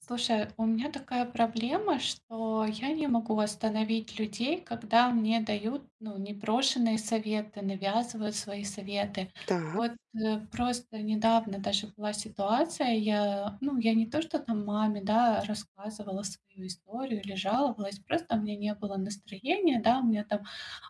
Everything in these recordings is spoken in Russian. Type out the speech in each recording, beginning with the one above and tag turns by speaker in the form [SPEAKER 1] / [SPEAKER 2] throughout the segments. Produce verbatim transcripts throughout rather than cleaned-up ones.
[SPEAKER 1] Слушай, у меня такая проблема, что я не могу остановить людей, когда мне дают, ну, непрошеные советы, навязывают свои советы.
[SPEAKER 2] Так,
[SPEAKER 1] Вот, э, просто недавно даже была ситуация, я, ну, я не то, что там маме, да, рассказывала свою историю или жаловалась, просто у меня не было настроения, да, у меня там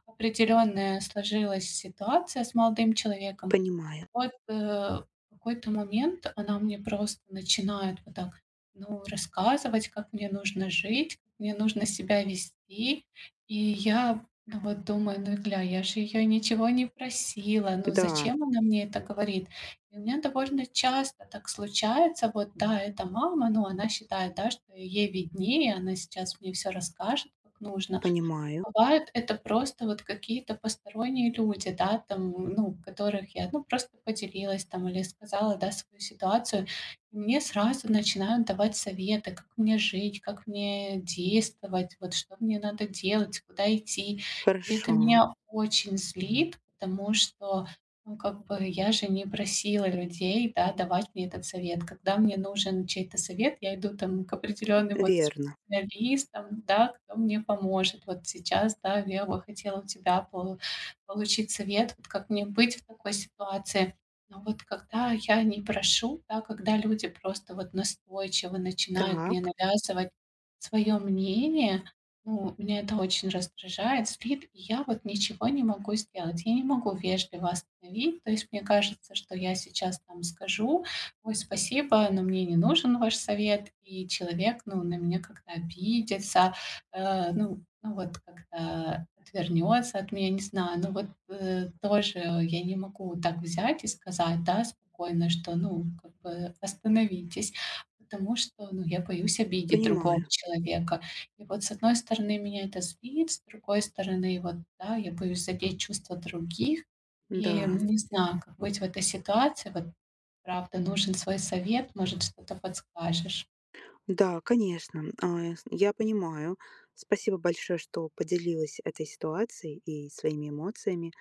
[SPEAKER 1] определенная сложилась ситуация с молодым человеком.
[SPEAKER 2] понимаю.
[SPEAKER 1] Вот, э, в какой-то момент она мне просто начинает вот так, ну, рассказывать, как мне нужно жить, как мне нужно себя вести. И я, ну, вот думаю: «Ну, гля, я же ее ничего не просила, ну,
[SPEAKER 2] Да,
[SPEAKER 1] зачем она мне это говорит?» И у меня довольно часто так случается. Вот, да, это мама, но она считает, да, что ей виднее, она сейчас мне все расскажет, как нужно.
[SPEAKER 2] понимаю.
[SPEAKER 1] Бывают это просто вот какие-то посторонние люди, да, там, ну, которых я, ну, просто поделилась там или сказала, да, свою ситуацию. И мне сразу начинают давать советы, как мне жить, как мне действовать, вот что мне надо делать, куда идти. И это
[SPEAKER 2] Хорошо.
[SPEAKER 1] меня очень злит, потому что, ну, как бы я же не просила людей, да, давать мне этот совет. Когда мне нужен чей-то совет, я иду там к определенным вот
[SPEAKER 2] Верно.
[SPEAKER 1] специалистом, да, кто мне поможет. Вот сейчас, да, я бы хотела у тебя по получить совет, вот как мне быть в такой ситуации. Но вот когда я не прошу, да, когда люди просто вот настойчиво начинают мне
[SPEAKER 2] Так,
[SPEAKER 1] навязывать свое мнение, ну, меня это очень раздражает, злит, и я вот ничего не могу сделать. Я не могу вежливо остановить. То есть мне кажется, что я сейчас там скажу: «Ой, спасибо, но мне не нужен ваш совет». И человек, ну, на меня как-то обидится, э, ну, ну вот как-то отвернется от меня, не знаю. Ну вот, э, тоже я не могу так взять и сказать, да, спокойно, что, ну, как бы остановитесь, потому что, ну, я боюсь обидеть другого
[SPEAKER 2] понимаю.
[SPEAKER 1] человека. И вот с одной стороны меня это злит, с другой стороны, вот, да, я боюсь задеть чувства других. И
[SPEAKER 2] Да.
[SPEAKER 1] не знаю, как быть в этой ситуации. Вот Правда, нужен свой совет, может, что-то подскажешь.
[SPEAKER 2] Да, конечно, а, с я понимаю. Спасибо большое, что поделилась этой ситуацией и своими эмоциями.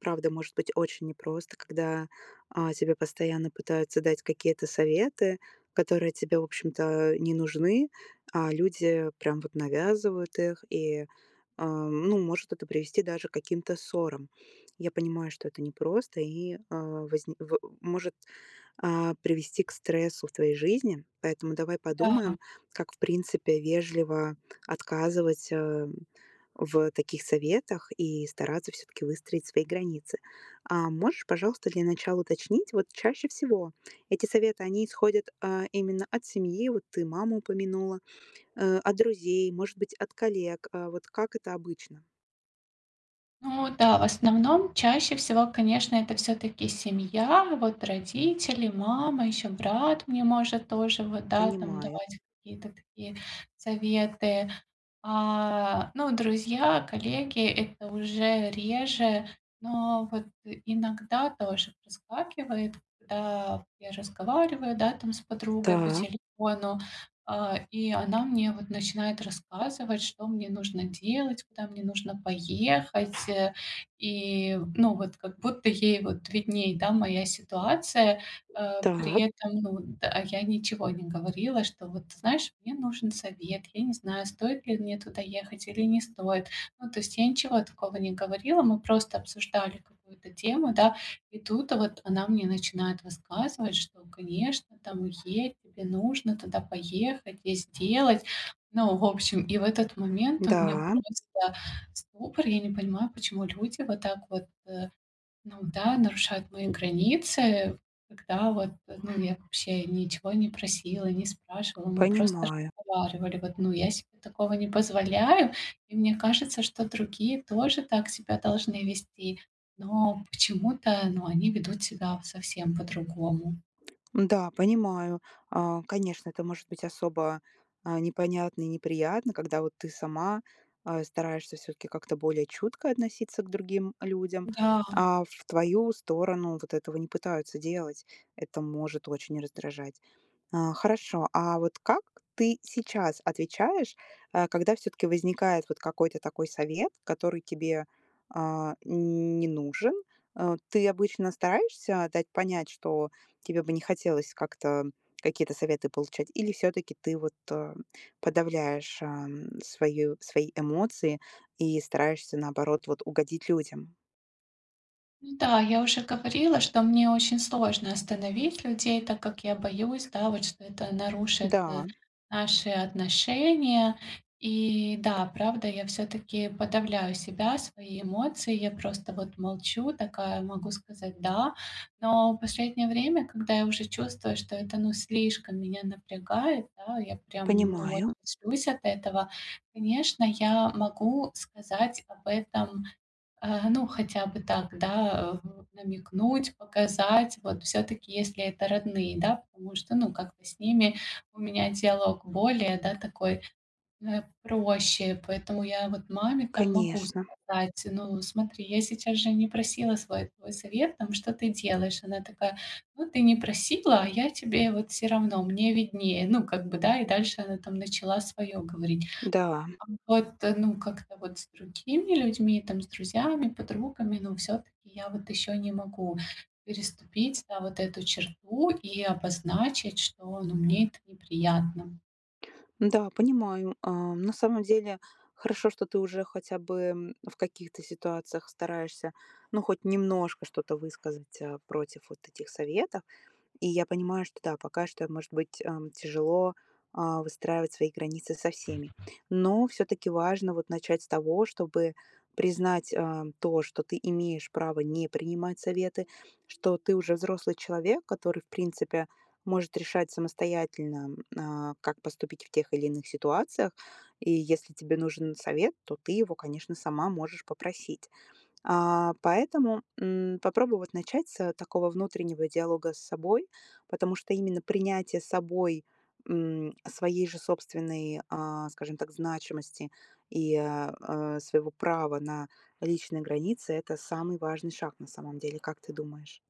[SPEAKER 2] Правда, может быть очень непросто, когда, а, тебе постоянно пытаются дать какие-то советы, которые тебе, в общем-то, не нужны, а люди прям вот навязывают их, и, а, ну, может это привести даже к каким-то ссорам. Я понимаю, что это непросто и, а, возни в может а, привести к стрессу в твоей жизни. Поэтому давай
[SPEAKER 1] Да,
[SPEAKER 2] подумаем, как, в принципе, вежливо отказывать э, в таких советах и стараться все-таки выстроить свои границы. А можешь, пожалуйста, для начала уточнить, вот чаще всего эти советы, они исходят а, именно от семьи, вот ты маму упомянула, э, от друзей, может быть, от коллег, а, вот как это обычно?
[SPEAKER 1] ну да, в основном чаще всего, конечно, это все таки семья, вот родители, мама, еще брат мне может тоже вот, да, там
[SPEAKER 2] Понимаю.
[SPEAKER 1] давать какие-то такие советы. А, ну, друзья, коллеги — это уже реже, но вот иногда тоже проскакивает, когда я разговариваю, да, там с подругой по
[SPEAKER 2] Так,
[SPEAKER 1] телефону, а, и она мне вот начинает рассказывать, что мне нужно делать, куда мне нужно поехать, э. И, ну, вот как будто ей вот видней, да, моя ситуация. Э, при
[SPEAKER 2] так,
[SPEAKER 1] этом, ну вот, да, я ничего не говорила, что вот, ты знаешь, мне нужен совет, я не знаю, стоит ли мне туда ехать или не стоит. Ну, то есть я ничего такого не говорила, мы просто обсуждали какую-то тему, да, и тут вот она мне начинает высказывать, что, конечно, там едь, тебе нужно туда поехать и сделать. Ну, в общем, и в этот момент у меня
[SPEAKER 2] да,
[SPEAKER 1] просто ступор, я не понимаю, почему люди вот так вот, э ну да, нарушают мои границы, когда вот, ну, я вообще ничего не просила, не спрашивала, мы просто
[SPEAKER 2] понимаю.
[SPEAKER 1] разговаривали. Вот, ну, я себе такого не позволяю, и мне кажется, что другие тоже так себя должны вести, но почему-то, ну, они ведут себя совсем по-другому.
[SPEAKER 2] Да, понимаю. А, конечно, это может быть особо а, непонятно и неприятно, когда вот ты сама а, стараешься все-таки как-то более чутко относиться к другим людям,
[SPEAKER 1] Да.
[SPEAKER 2] а в твою сторону вот этого не пытаются делать. Это может очень раздражать. А, хорошо. А вот как ты сейчас отвечаешь, э, когда все таки возникает вот какой-то такой совет, который тебе, а, не нужен? Э, ты обычно стараешься дать понять, что тебе бы не хотелось как-то какие-то советы получать, или все таки ты вот, э, подавляешь, ам, свою свои эмоции и стараешься, наоборот, вот угодить людям?
[SPEAKER 1] Ну да, я уже говорила, что мне очень сложно остановить людей, так как я боюсь, да, вот что это нарушит,
[SPEAKER 2] Да,
[SPEAKER 1] э, наши отношения. И да, правда, я все таки подавляю себя, свои эмоции. Я просто вот молчу, такая могу сказать «да». Но в последнее время, когда я уже чувствую, что это, ну, слишком меня напрягает, да, я прям, ну, очень
[SPEAKER 2] понимаю,
[SPEAKER 1] злюсь от этого, конечно, я могу сказать об этом Э, ну, хотя бы так, да, э, намекнуть, показать. Вот все таки если это родные, да, потому что, ну, как-то с ними у меня диалог более, да, такой, э, проще. Поэтому я вот маме там могу
[SPEAKER 2] конечно.
[SPEAKER 1] сказать: «Ну, смотри, я сейчас же не просила свой твой совет, там, что ты делаешь?» Она такая: «Ну, ты не просила, а я тебе вот все равно, мне виднее». Ну, как бы, да, и дальше она там начала свое говорить.
[SPEAKER 2] Да.
[SPEAKER 1] А вот, э, ну, как-то вот с другими людьми, там, с друзьями, подругами, ну, все таки я вот еще не могу переступить, да, вот эту черту и обозначить, что, ну, мне это неприятно.
[SPEAKER 2] Да, понимаю. А, на самом деле, хорошо, что ты уже хотя бы м, в каких-то ситуациях стараешься, ну, хоть немножко что-то высказать а, против вот этих советов. И я понимаю, что да, пока что, может быть, ам, тяжело а, выстраивать свои границы со всеми. Но все-таки важно вот начать с того, чтобы признать а, то, что ты имеешь право не принимать советы, что ты уже взрослый человек, который, в принципе, может решать самостоятельно, а, как поступить в тех или иных ситуациях. И если тебе нужен совет, то ты его, конечно, сама можешь попросить. А, поэтому, м, попробовать начать с, э, такого внутреннего диалога с собой, потому что именно принятие собой, м, своей же собственной, а, скажем так, значимости и, а, а, своего права на личные границы- это самый важный шаг на самом деле. Как ты думаешь?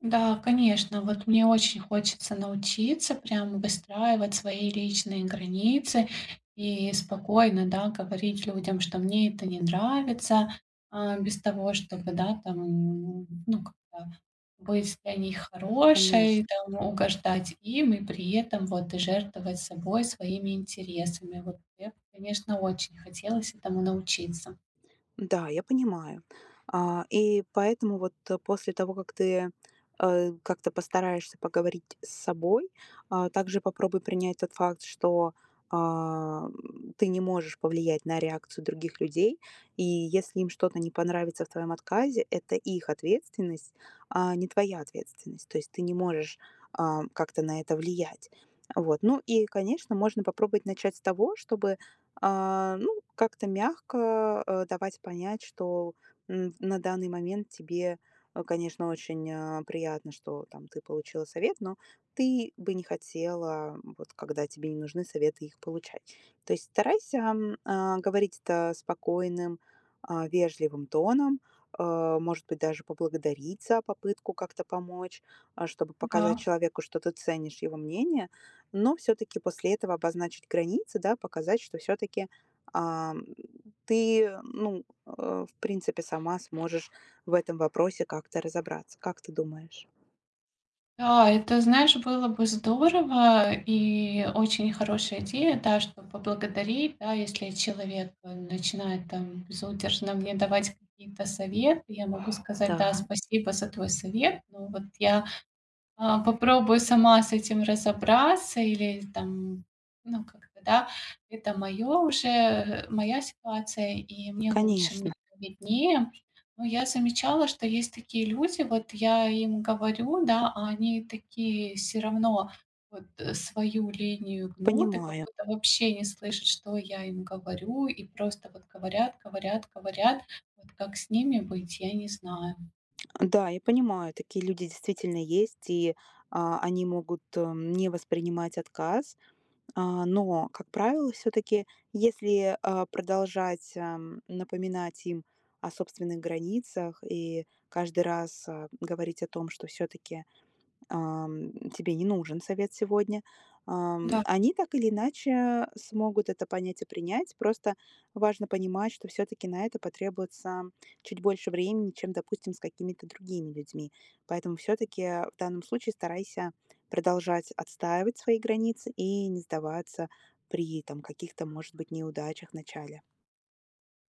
[SPEAKER 1] Да, конечно. Вот мне очень хочется научиться прям выстраивать свои личные границы и спокойно, да, говорить людям, что мне это не нравится, а, без того, чтобы, да, там, м, ну, как-то быть для них
[SPEAKER 2] Конечно.
[SPEAKER 1] хорошей, там, угождать им и при этом вот и жертвовать собой, своими интересами. Вот мне, конечно, очень хотелось этому научиться.
[SPEAKER 2] Да, я понимаю. А, и поэтому вот, э, после того, как ты, э, как-то постараешься поговорить с собой, а, также попробуй принять тот факт, что, а, м, ты не можешь повлиять на реакцию других людей. И если им что-то не понравится в твоем отказе, это их ответственность, а не твоя ответственность. То есть ты не можешь, а, как-то на это влиять. Вот. Ну и, конечно, можно попробовать начать с того, чтобы, а, ну, как-то мягко, э, давать понять, что, м, на данный момент тебе, э, конечно, очень, а, приятно, что там ты получила совет, но ты бы не хотела, вот когда тебе не нужны советы, их получать. То есть старайся, м, а, говорить это спокойным, а, вежливым тоном, э, может быть, даже поблагодарить за попытку как-то помочь, а, чтобы показать
[SPEAKER 1] Да.
[SPEAKER 2] человеку, что ты ценишь его мнение, но все-таки после этого обозначить границы, да, показать, что все-таки а, ты, ну, э, в принципе, сама сможешь в этом вопросе как-то разобраться. Как ты думаешь?
[SPEAKER 1] Да, это, знаешь, было бы здорово и очень хорошая идея, да, что поблагодарить, да, если человек э, начинает там безудержно мне давать какие-то советы, я могу сказать, да,
[SPEAKER 2] Да,
[SPEAKER 1] спасибо за твой совет, но вот я а, попробую сама с этим разобраться или там, ну, как бы, да, это мое уже, э, моя ситуация, и мне лучше, мне
[SPEAKER 2] конечно,
[SPEAKER 1] это виднее. Но я замечала, что есть такие люди, вот я им говорю, да, а они такие все равно вот, э, свою линию гнут и как
[SPEAKER 2] понимаю.
[SPEAKER 1] будто вообще не слышат, что я им говорю, и просто вот говорят, говорят, говорят. Вот как с ними быть, я не знаю.
[SPEAKER 2] Да, я понимаю, такие люди действительно есть, и а, они могут эм, не воспринимать отказ. А, но, как правило, все-таки, если а, продолжать ам, напоминать им о собственных границах и каждый раз а, говорить о том, что все-таки ам, тебе не нужен совет сегодня, ам,
[SPEAKER 1] Да.
[SPEAKER 2] они так или иначе смогут это понять и принять. Просто важно понимать, что все-таки на это потребуется чуть больше времени, чем, допустим, с какими-то другими людьми. Поэтому все-таки в данном случае старайся продолжать отстаивать свои границы и не сдаваться при там каких-то, может быть, неудачах в начале.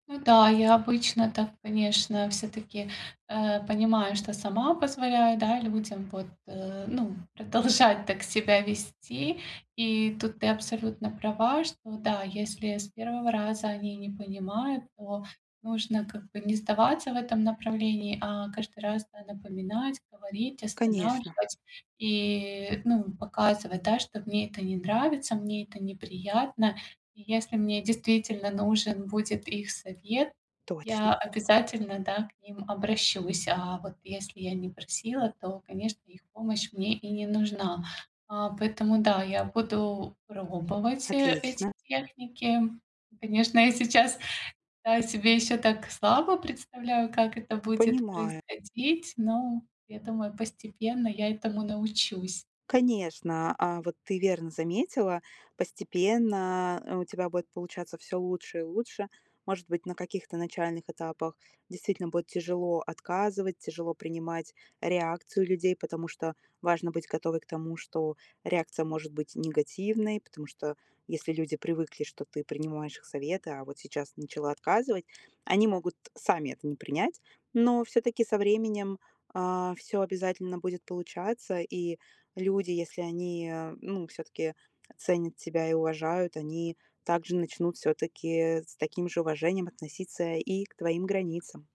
[SPEAKER 1] Ну да, я обычно так, конечно, все-таки э, понимаю, что сама позволяю, да, людям вот, э, ну, продолжать так себя вести. И тут ты абсолютно права, что да, если с первого раза они не понимают, то нужно как бы не сдаваться в этом направлении, а каждый раз да, напоминать, говорить,
[SPEAKER 2] Конечно,
[SPEAKER 1] останавливать и, ну, показывать, да, что мне это не нравится, мне это неприятно. И если мне действительно нужен будет их совет,
[SPEAKER 2] точно,
[SPEAKER 1] я обязательно, да, к ним обращусь. А вот если я не просила, то, конечно, их помощь мне и не нужна. А, поэтому да, я буду пробовать, э, эти
[SPEAKER 2] отлично,
[SPEAKER 1] техники. Конечно, я сейчас, да, себе еще так слабо представляю, как это будет
[SPEAKER 2] понимаю.
[SPEAKER 1] происходить, но я думаю, постепенно я этому научусь.
[SPEAKER 2] Конечно, а, вот ты верно заметила, постепенно, э, у тебя будет получаться все лучше и лучше. Может быть, на каких-то начальных этапах действительно будет тяжело отказывать, тяжело принимать реакцию людей, потому что важно быть готовой к тому, что реакция может быть негативной, потому что если люди привыкли, что ты принимаешь их советы, а вот сейчас начала отказывать, они могут сами это не принять. Но все таки со временем, все обязательно будет получаться, и люди, если они, э, ну, все-таки ценят тебя и уважают, они также начнут все-таки с таким же уважением относиться и к твоим границам.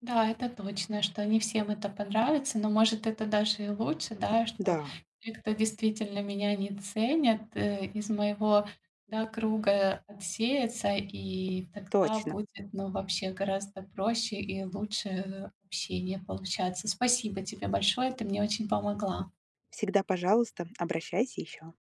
[SPEAKER 1] Да, это точно, что не всем это понравится, но, может, это даже и лучше, да, что
[SPEAKER 2] Да,
[SPEAKER 1] те, кто действительно меня не ценят, э, из моего, да, круга отсеется, и тогда
[SPEAKER 2] точно.
[SPEAKER 1] будет, ну, вообще гораздо проще и лучше э, общение получаться. Спасибо тебе большое, ты мне очень помогла.
[SPEAKER 2] Всегда, пожалуйста, обращайся еще.